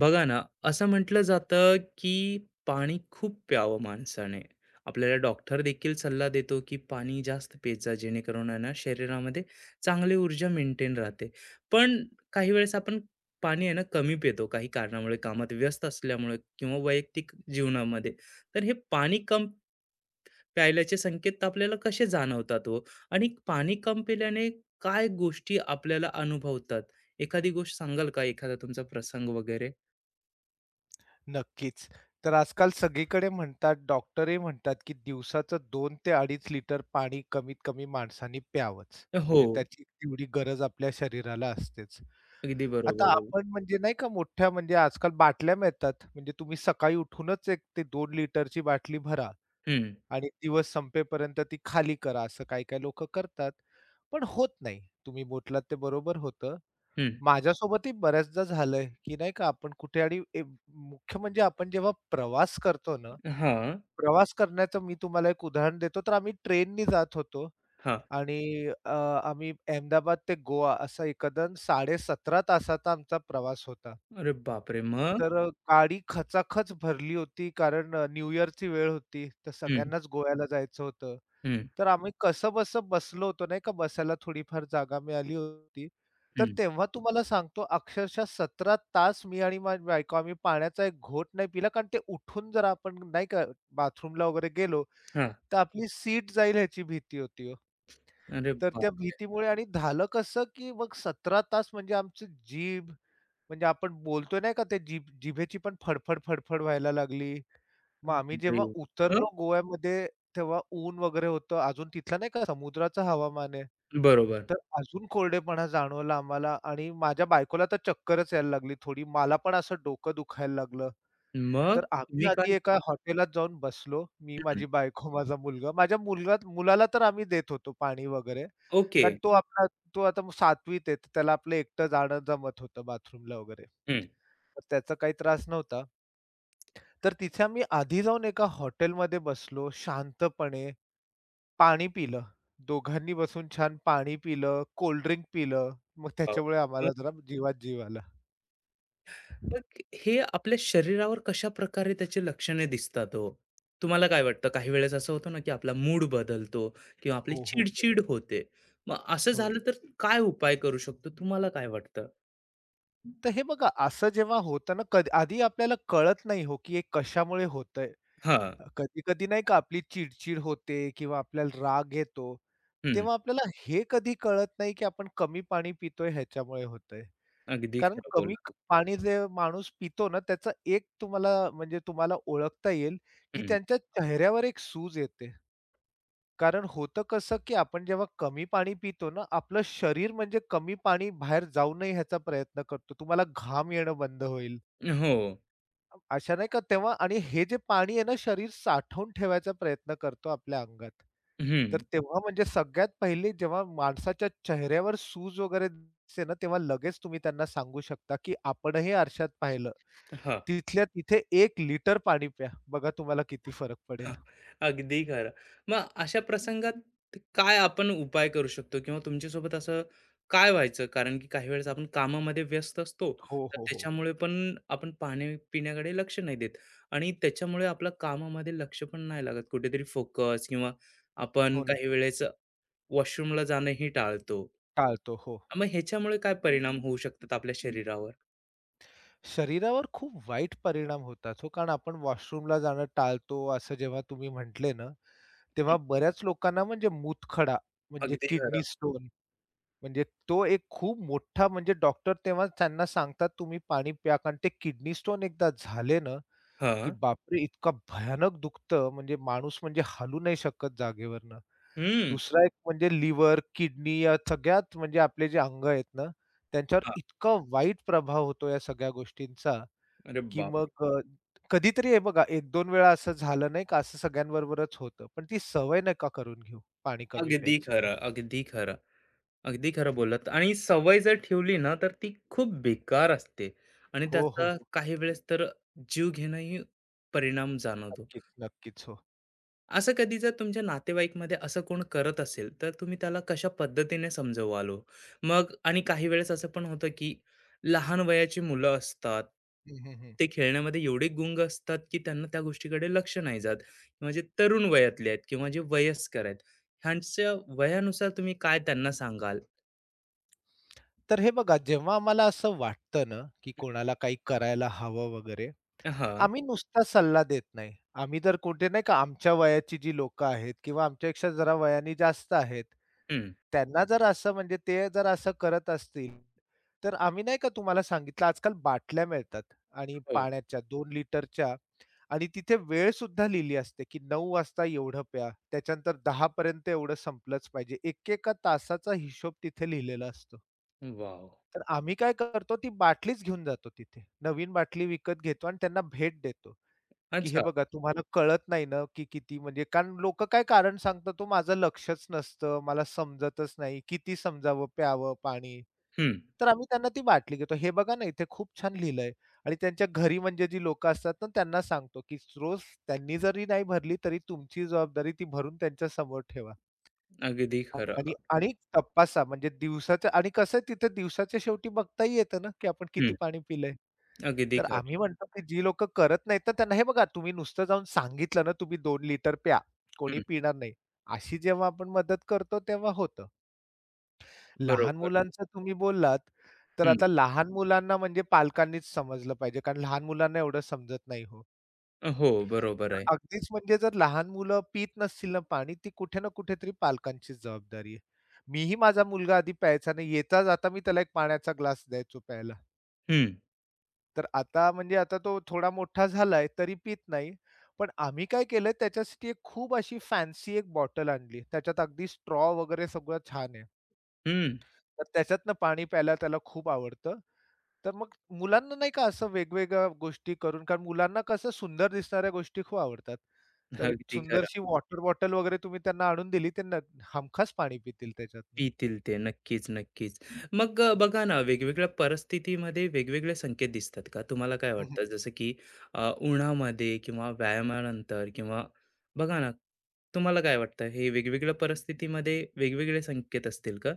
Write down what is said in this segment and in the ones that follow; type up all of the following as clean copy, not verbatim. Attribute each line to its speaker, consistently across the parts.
Speaker 1: बघा ना, असं म्हटलं जातं, की पाणी खूप प्यावं माणसाने. आपल्याला डॉक्टर देखील सल्ला देतो, की पाणी जास्त पीत जा, जेणेकरून आहे ना, शरीरामध्ये चांगली ऊर्जा मेंटेन राहते. पण काही वेळेस आपण पाणी आहे ना, कमी पितो काही कारणामुळे, कामात व्यस्त असल्यामुळे किंवा वैयक्तिक जीवनामध्ये. तर हे पाणी प्यायल्याचे संकेत आपल्याला कसे जाणवतात हो? आणि पाणी कम पिल्याने काय गोष्टी आपल्याला अनुभवतात? एखादी गोष्ट सांगाल का? एखादा तुमचा प्रसंग वगैरे?
Speaker 2: नक्कीच. तर आजकाल सगळीकडे म्हणतात, डॉक्टरही म्हणतात, की दिवसाचं 2 ते 2.5 लिटर पाणी कमीत कमी माणसाने प्यावंच.
Speaker 1: हो,
Speaker 2: म्हणजे त्याची तेवढी गरज आपल्या शरीराला असतेच.
Speaker 1: अगदी बरोबर
Speaker 2: आता
Speaker 1: बोलला.
Speaker 2: आपण म्हणजे नाही का मोठ्या म्हणजे आजकाल बाटल्या मिळतात. म्हणजे तुम्ही सकाळी उठूनच 1 ते 2 लिटरची बाटली भरा
Speaker 1: हं,
Speaker 2: आणि दिवस संपेपर्यंत ती खाली करा, असं काही-काही लोकं करतात. पण होत नाही. तुम्ही म्हटलात ते बरोबर होतं.
Speaker 1: हं.
Speaker 2: माझ्यासोबतही बऱ्याचदा झालंय, की नाही का आपण कुठे आणि मुख्य म्हणजे आपण जेव्हा प्रवास करतो ना,
Speaker 1: हां,
Speaker 2: प्रवास करण्याचं मी तुम्हाला एक उदाहरण देतो. तर आम्ही ट्रेननी जात होतो
Speaker 1: हां.
Speaker 2: आणि अ, आम्ही अहमदाबाद ते गोवा असा एकंदर 17.5 तासाचा आमचा प्रवास होता.
Speaker 1: अरे बापरे! मग?
Speaker 2: तर अ, गाडी खचाखच भरली होती कारण न्यू इयरची वेळ होती. तर
Speaker 1: हं,
Speaker 2: सगळ्यांनाच गोव्याला जायचं होतं.
Speaker 1: हं,
Speaker 2: तर आम्ही कसंबसं बसलो होतो नाही का, बसायला थोडीफार जागा मिळाली होती. तर
Speaker 1: हं.
Speaker 2: तेव्हा तुम्हाला सांगतो अक्षरशः 17 तास मी आणि माझी बायको आम्ही पाण्याचा एक घोट नाही पिला, कारण ते उठून जर आपण नाही का बाथरूमला वगैरे गेलो,
Speaker 1: हां.
Speaker 2: तर आपली सीट जाईल ह्याची भीती होती हो.
Speaker 1: अरे
Speaker 2: तर त्या
Speaker 1: बापरे!
Speaker 2: भीतीमुळे आणि झालं कसं, की मग 17 तास म्हणजे आमची जीभ म्हणजे आपण बोलतो नाही का, ते जीभ जिभेची पण फडफड, फडफड व्हायला लागली. मग आम्ही जेव्हा उतरलो
Speaker 1: मग?
Speaker 2: गोव्यामध्ये, तेव्हा ऊन वगैरे होतं. अजून तिथलं नाही का समुद्राचं हवामान आहे.
Speaker 1: बरोबर.
Speaker 2: तर अजून कोरडेपणा जाणवला आम्हाला आणि माझ्या बायकोला तर चक्करच यायला लागली थोडी. मला पण असं डोकं दुखायला लागलं.
Speaker 1: मग
Speaker 2: तर आम्ही
Speaker 1: तुम्ही
Speaker 2: आधी
Speaker 1: काय
Speaker 2: एका हॉटेलात जाऊन बसलो. मी,
Speaker 1: हं,
Speaker 2: माझी बायको, माझा मुलगा. माझ्या मुलाला तर आम्ही देत होतो पाणी वगैरे.
Speaker 1: ओके.
Speaker 2: कारण तो आता 7वीत आहे. तर त्याला आपलं एकटं जाणं जमत होतं बाथरूमला वगैरे.
Speaker 1: हं.
Speaker 2: तर त्याचा काही त्रास नव्हता. तर तिथे आम्ही आधी जाऊन एका हॉटेलमध्ये बसलो शांतपणे, पाणी पिलं. दोघांनी बसून छान पाणी पिलं, कोल्ड ड्रिंक पिलं. मग
Speaker 1: हो.
Speaker 2: त्याच्यामुळे
Speaker 1: मग
Speaker 2: आम्हाला जरा जीवात जीव आला.
Speaker 1: मग हे आपल्या शरीरावर कशाप्रकारे त्याची लक्षणे दिसतात हो? तुम्हाला काय वाटतं? काही वेळेस असं होतं ना, की आपला मूड बदलतो किंवा आपली
Speaker 2: हो, हो, हो.
Speaker 1: चिड-चिड होते. मग असं
Speaker 2: हो.
Speaker 1: झालं तर काय उपाय करू शकतो? तुम्हाला काय वाटतं?
Speaker 2: तर हे बघा असं जेव्हा होतं ना कधी आधी आपल्याला कळत नाही हो, की हे कशामुळे होतंय.
Speaker 1: हां,
Speaker 2: कधी-कधी नाही का आपली चिड होते किंवा आपल्याला राग येतो. तेव्हा आपल्याला हे कधी कळत नाही, की आपण कमी पाणी पितोय ह्याच्यामुळे होतंय.
Speaker 1: अगदी
Speaker 2: कारण
Speaker 1: खरं
Speaker 2: कमी
Speaker 1: बोलला.
Speaker 2: क पाणी जे माणूस पितो ना, त्याचा एक तुम्हाला ओळखता येईल, की
Speaker 1: हं.
Speaker 2: त्यांच्या चेहऱ्यावर एक सूज येते. कारण होतं कसं, की आपण जेव्हा कमी पाणी पितो ना, आपलं शरीर म्हणजे कमी पाणी बाहेर जाऊ नये ह्याचा प्रयत्न करतो. तुम्हाला घाम येणं बंद होईल.
Speaker 1: हो.
Speaker 2: अशा नाही का तेव्हा आणि हे जे पाणी आहे ना, शरीर साठवून ठेवायचा प्रयत्न करतो आपल्या अंगात.
Speaker 1: हं.
Speaker 2: तर तेव्हा म्हणजे सगळ्यात पहिले जेव्हा माणसाच्या चेहऱ्यावर सूज वगैरे दिसते ना, तेव्हा लगेच तुम्ही त्यांना सांगू शकता, की आपणही आरशात पाहिलं.
Speaker 1: हां,
Speaker 2: तिथल्या तिथे एक लिटर पाणी प्या. बघा तुम्हाला किती फरक पडेल.
Speaker 1: हां. अगदी खरं. मग अशा प्रसंगात काय आपण उपाय करू शकतो किंवा तुमच्यासोबत असं काय व्हायचं? कारण की काही वेळेस आपण कामामध्ये व्यस्त असतो,
Speaker 2: हो,
Speaker 1: तर
Speaker 2: हो, हो.
Speaker 1: त्याच्यामुळे पण आपण पाणी-पिण्याकडे लक्ष नाही देत आणि त्याच्यामुळे आपलं कामामध्ये लक्ष पण नाही लागत. कुठेतरी फोकस किंवा आपण
Speaker 2: हो ना.
Speaker 1: काही वेळेस वॉशरूमला जाणंही टाळतो.
Speaker 2: टाळतो. हो.
Speaker 1: मग ह्याच्यामुळे काय परिणाम होऊ शकतात आपल्या शरीरावर?
Speaker 2: शरीरावर खूप वाईट परिणाम होतात हो. कारण आपण वॉशरूमला जाणं टाळतो असं जेव्हा तुम्ही म्हटले ना,
Speaker 1: हं.
Speaker 2: तेव्हा बऱ्याच लोकांना म्हणजे मूतखडा म्हणजे
Speaker 1: अगदी
Speaker 2: किडनी
Speaker 1: खरं.
Speaker 2: स्टोन म्हणजे तो एक खूप मोठा म्हणजे डॉक्टर तेव्हा त्यांना सांगतात तुम्ही पाणी प्या. कारण ते किडनी स्टोन एकदा झाले ना, की
Speaker 1: हां.
Speaker 2: बापरे! इतका भयानक दुखतं म्हणजे माणूस म्हणजे हलू नाही शकत जागेवरनं.
Speaker 1: हम्म.
Speaker 2: दुसरा एक म्हणजे लिव्हर, किडनी या सगळ्यात म्हणजे आपले जे अंग आहेत ना, त्यांच्यावर
Speaker 1: हां.
Speaker 2: इतका वाईट प्रभाव होतो या सगळ्या गोष्टींचा,
Speaker 1: अरे
Speaker 2: की
Speaker 1: बाप!
Speaker 2: कधीतरी हे बघा एक दोन वेळा असं झालं नाही का, असं सगळ्यांबरोबरच होतं. पण ती सवय नका करून घेऊ पाणी कमी
Speaker 1: अगदी
Speaker 2: प्यायची.
Speaker 1: खरं, अगदी खरं, अगदी खरं बोललात आणि सवय जर ठेवली ना, तर ती खूप बेकार असते आणि
Speaker 2: हो, हो,
Speaker 1: त्याचा
Speaker 2: हो.
Speaker 1: काही वेळेस तर जीव घेणंही परिणाम जाणवतो.
Speaker 2: नक्कीच, नक्कीच. हो.
Speaker 1: असं कधी जर तुमच्या नातेवाईकमध्ये असं कोण करत असेल, तर तुम्ही त्याला कशा पद्धतीने समजवाल ओ? मग आणि काही वेळेस असं पण होतं, की लहान वयाची मुलं असतात.
Speaker 2: हं, हं, हं.
Speaker 1: ते खेळण्यामध्ये एवढे गुंग असतात, की त्यांना त्या गोष्टीकडे लक्ष नाही जात. म्हणजे तरुण वयातले आहेत किंवा जे वयस्कर आहेत, ह्यांच्या वयानुसार तुम्ही काय त्यांना सांगाल?
Speaker 2: तर हे बघा जेव्हा आम्हाला असं वाटतं ना, की कोणाला काही करायला हवं वगैरे,
Speaker 1: हां.
Speaker 2: आम्ही नुसता सल्ला देत नाही. आम्ही जर कुठे नाही का आमच्या वयाची जी लोकं आहेत किंवा आमच्यापेक्षा जरा वयाने जास्त आहेत,
Speaker 1: हं.
Speaker 2: त्यांना जर असं म्हणजे ते जर असं करत असतील, तर आम्ही नाही का तुम्हाला सांगितलं आजकाल बाटल्या मिळतात आणि
Speaker 1: हो.
Speaker 2: पाण्याच्या 2 लिटरच्या आणि तिथे वेळ सुद्धा लिहिली असते, की 9 वाजता एवढं प्या. त्याच्यानंतर 10 पर्यंत एवढं संपलंच पाहिजे. एकेका तासाचा हिशोब तिथे लिहिलेला असतो.
Speaker 1: वॉव!
Speaker 2: तर आम्ही काय करतो, ती बाटलीच घेऊन जातो तिथे. नवीन बाटली विकत घेतो आणि त्यांना भेट देतो. की हे
Speaker 1: अच्छा.
Speaker 2: बघा तुम्हाला कळत नाही ना, की किती म्हणजे कारण लोकं काय कारण सांगतात, "तो माझं लक्षच नसतं, मला समजतच नाही, किती समजावं, प्यावं पाणी."
Speaker 1: हं.
Speaker 2: तर आम्ही त्यांना ती बाटली घेतो. हे बघा ना, इथे खूप छान लिहिलंय आणि त्यांच्या घरी म्हणजे जी लोकं असतात ना, त्यांना सांगतो, की रोज त्यांनी जरी नाही भरली, तरी तुमची जबाबदारी ती भरून त्यांच्या समोर ठेवा.
Speaker 1: अगदी
Speaker 2: आणि
Speaker 1: खरं.
Speaker 2: आणि तपासा म्हणजे दिवसाचं आणि कसं आहे तिथे दिवसाच्या शेवटी बघताही येतं ना, की आपण किती
Speaker 1: हं.
Speaker 2: पाणी पिलंय.
Speaker 1: अगदी
Speaker 2: तर
Speaker 1: खरं.
Speaker 2: आम्ही म्हणतो, की जी लोकं करत नाहीत ना त्यांना हे बघा तुम्ही नुसतं जाऊन सांगितलं ना, तुम्ही 2 लिटर प्या, कोणी
Speaker 1: हं.
Speaker 2: पिणार नाही. अशी जेव्हा आपण मदत करतो तेव्हा होतं. लहान
Speaker 1: बरोबर.
Speaker 2: मुलांचं तुम्ही बोललात, तर
Speaker 1: हं.
Speaker 2: आता लहान मुलांना म्हणजे पालकांनीच समजलं पाहिजे कारण लहान मुलांना एवढं समजत नाही हो.
Speaker 1: हो, बरोबर
Speaker 2: तर
Speaker 1: आहे.
Speaker 2: अगदीच म्हणजे जर लहान मुलं पीत नसतील ना पाणी, ती कुठे ना कुठेतरी पालकांचीच जबाबदारी आहे. मीही माझा मुलगा आधी प्यायचा नाही. येताच आता मी त्याला एक पाण्याचा ग्लास द्यायचो प्यायला.
Speaker 1: हं.
Speaker 2: तर आता तो थोडा मोठा झालाय, तरी पीत नाही. पण आम्ही काय केलंय त्याच्यासाठी एक खूप अशी फॅन्सी एक बॉटल आणली. त्याच्यात अगदी स्ट्रॉ वगैरे सगळं छान आहे.
Speaker 1: हं,
Speaker 2: तर त्याच्यातनं पाणी प्यायला त्याला खूप आवडतं. तर मग मुलांना नाही का असं वेगवेगळ्या गोष्टी करून कारण मुलांना कसं सुंदर दिसणाऱ्या गोष्टी खूप आवडतात. तर एक
Speaker 1: अगदी खरं.
Speaker 2: सुंदरशी वॉटर बॉटल वगैरे तुम्ही त्यांना आणून दिली, ते हमखास पाणी पितील त्याच्यातनं.
Speaker 1: पितील ते. नक्कीच, नक्कीच. मग बघा ना, वेगवेगळ्या परिस्थितीमध्ये वेगवेगळे संकेत दिसतात का? तुम्हाला काय
Speaker 2: हं,
Speaker 1: वाटतं? जसं की उन्हामध्ये किंवा व्यायामानंतर किंवा बघा ना, तुम्हाला काय वाटतं? हे वेगवेगळ्या परिस्थितीमध्ये वेगवेगळे संकेत असतील का?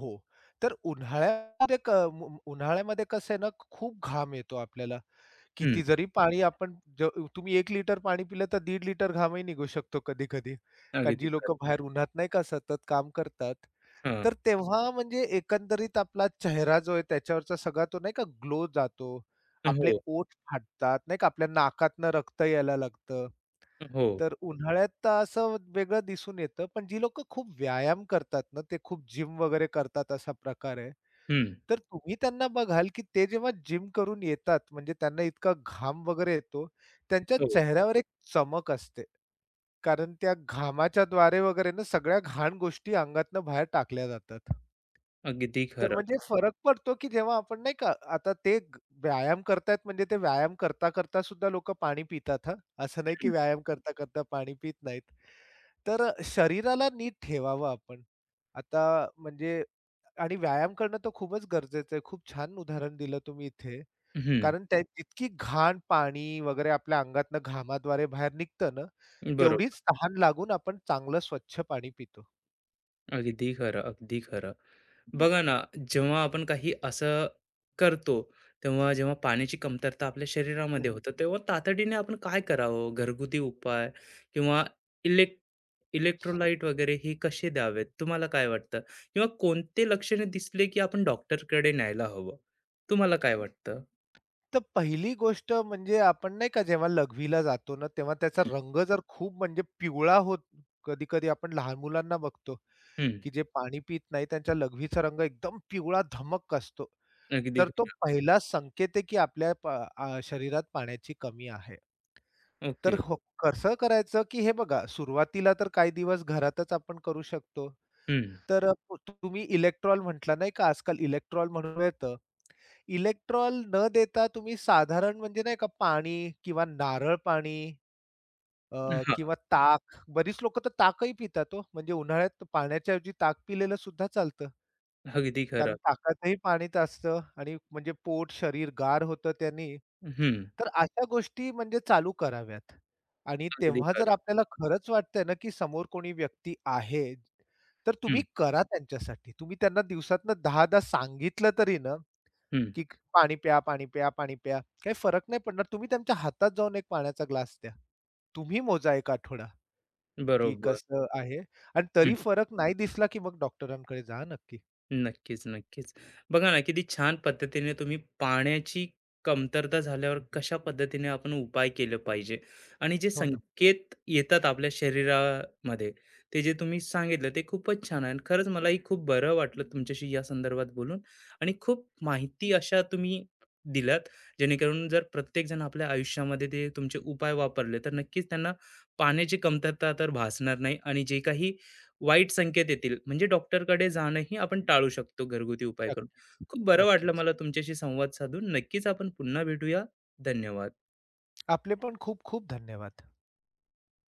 Speaker 2: हो. तर उन्हाळ्यामध्ये क मु मु- उन्हाळ्यामध्ये कसं आहे ना, खूप घाम येतो आपल्याला.
Speaker 1: हं,
Speaker 2: किती जरी पाणी आपण ज तुम्ही 1 लिटर पाणी पिलं तर 1.5 लिटर घामही निघू शकतो कधी-कधी. कारण
Speaker 1: अगदी
Speaker 2: जी लोकं
Speaker 1: खरं.
Speaker 2: बाहेर उन्हात नाही का सतत काम करतात.
Speaker 1: हां.
Speaker 2: तर तेव्हा म्हणजे एकंदरीत आपला चेहरा जो आहे त्याच्यावरचा सगळा तो नाही का ग्लो जातो. आपले
Speaker 1: हो,
Speaker 2: ओठ फाटतात, नाही का आपल्या नाकातनं रक्त यायला लागतं.
Speaker 1: हो.
Speaker 2: तर उन्हाळ्यात तर असं वेगळं दिसून येतं, पण जी लोकं खूप व्यायाम करतात ना, ते खूप जिम वगैरे करतात असा प्रकार आहे.
Speaker 1: हं,
Speaker 2: तर तुम्ही त्यांना बघाल, की ते जेव्हा जिम करून येतात, म्हणजे त्यांना इतका घाम वगैरे येतो, त्यांच्या
Speaker 1: हो.
Speaker 2: चेहऱ्यावर एक चमक असते. कारण त्या घामाच्याद्वारे वगैरे ना सगळ्या घाण गोष्टी अंगातनं बाहेर टाकल्या जातात.
Speaker 1: अगदी
Speaker 2: तर
Speaker 1: खरं.
Speaker 2: म्हणजे फरक पडतो, की जेव्हा आपण नाही का आता ते व्यायाम करतायत म्हणजे ते व्यायाम करता, करता सुद्धा लोकं पाणी पितात हां. असं नाही की व्यायाम करता, करता पाणी पित नाहीत. तर शरीराला नीट ठेवावं आपण. आता म्हणजे आणि व्यायाम करणं तर खूपच गरजेचं आहे. खूप छान उदाहरण दिलं तुम्ही इथे.
Speaker 1: हं,
Speaker 2: कारण त्या जितकी घाण, पाणी वगैरे आपल्या अंगातनं घामाद्वारे बाहेर निघतं ना,
Speaker 1: बरोबर.
Speaker 2: तेवढीच तहान लागून आपण चांगलं स्वच्छ पाणी पितो.
Speaker 1: अगदी खरं, अगदी खरं. बघा ना, जेव्हा आपण काही असं करतो, तेव्हा जेव्हा पाण्याची कमतरता आपल्या शरीरामध्ये होतं, तेव्हा तातडीने आपण काय करावं? घरगुती उपाय किंवा इलेक् इलेक्ट्रोलाइट वगैरे हे कसे द्यावेत? तुम्हाला काय वाटतं? किंवा कोणते लक्षणे दिसले, की आपण डॉक्टरकडे न्यायला हवं? तुम्हाला काय वाटतं?
Speaker 2: तर पहिली गोष्ट म्हणजे आपण नाही का जेव्हा लघवीला जातो ना, तेव्हा त्याचा रंग जर खूप म्हणजे पिवळा होत कधी-कधी आपण लहान मुलांना बघतो,
Speaker 1: हं,
Speaker 2: की जे पाणी पीत नाही त्यांच्या लघवीचा रंग एकदम पिवळा धमक असतो.
Speaker 1: अगदी
Speaker 2: तर तो
Speaker 1: खरं.
Speaker 2: पहिला संकेत आहे, की शरीरात पाण्याची कमी आहे. तर
Speaker 1: ओके.
Speaker 2: हो कसं करायचं, की हे बघा सुरुवातीला तर काही दिवस घरातच आपण करू शकतो.
Speaker 1: हं.
Speaker 2: तर अ, तुम्ही इलेक्ट्रॉल म्हटला नाही का, आजकाल इलेक्ट्रॉल म्हणून मिळतं. इलेक्ट्रॉल न देता तुम्ही साधारण म्हणजे नाही का पाणी किंवा नारळ पाणी
Speaker 1: हां,
Speaker 2: किंवा ताक. बरीच लोकं तर ताकही पितात हो. म्हणजे उन्हाळ्यात पाण्याच्या ऐवजी ताक पिलेलं सुद्धा चालतं.
Speaker 1: अगदी
Speaker 2: कारण
Speaker 1: खरं.
Speaker 2: ताकातही पाणीच असतं आणि म्हणजे पोट, शरीर गार होतं त्यानी.
Speaker 1: हं,
Speaker 2: तर अशा गोष्टी म्हणजे चालू कराव्यात. आणि
Speaker 1: अगदी
Speaker 2: तेव्हा जर
Speaker 1: खरं.
Speaker 2: आपल्याला खरंच वाटतंय ना, की समोर कोणी व्यक्ती आहे, तर तुम्ही
Speaker 1: हं,
Speaker 2: करा त्यांच्यासाठी. तुम्ही त्यांना दिवसातनं 10-10 सांगितलं तरी ना,
Speaker 1: हं.
Speaker 2: की पाणी प्या, पाणी प्या, पाणी प्या. काही फरक नाही पडणार. तुम्ही त्यांच्या हातात जाऊन एक पाण्याचा ग्लास द्या. तुम्ही मोजा 1 आठवडा की
Speaker 1: बरोबर.
Speaker 2: कसं आहे आणि तरी फरक नाही दिसला की मग डॉक्टरांकडे जा नक्की.
Speaker 1: नक्कीच, नक्कीच. बघा ना, किती छान पद्धतीने तुम्ही पाण्याची कमतरता झाल्यावर कशा पद्धतीने आपण उपाय केले पाहिजे आणि जे
Speaker 2: हो ना.
Speaker 1: संकेत येतात आपल्या शरीरामध्ये, ते जे तुम्ही सांगितलं ते खूपच छान आहे आणि खरंच मलाही खूप बरं वाटलं तुमच्याशी या संदर्भात बोलून आणि खूप माहिती अशा तुम्ही दिल्यात, जेणेकरून जर प्रत्येकजण आपल्या आयुष्यामध्ये ते तुमचे उपाय वापरले, तर नक्कीच त्यांना पाण्याची कमतरता तर भासणार नाही आणि जे काही वाईट संकेत येतील म्हणजे डॉक्टरकडे जाणंही आपण टाळू शकतो घरगुती उपाय करून.
Speaker 2: नक्कीच,
Speaker 1: खूप बरं वाटलं
Speaker 2: नक्कीच.
Speaker 1: मला तुमच्याशी संवाद साधून. नक्कीच आपण पुन्हा भेटूया. धन्यवाद.
Speaker 2: आपले पण खूप खूप धन्यवाद.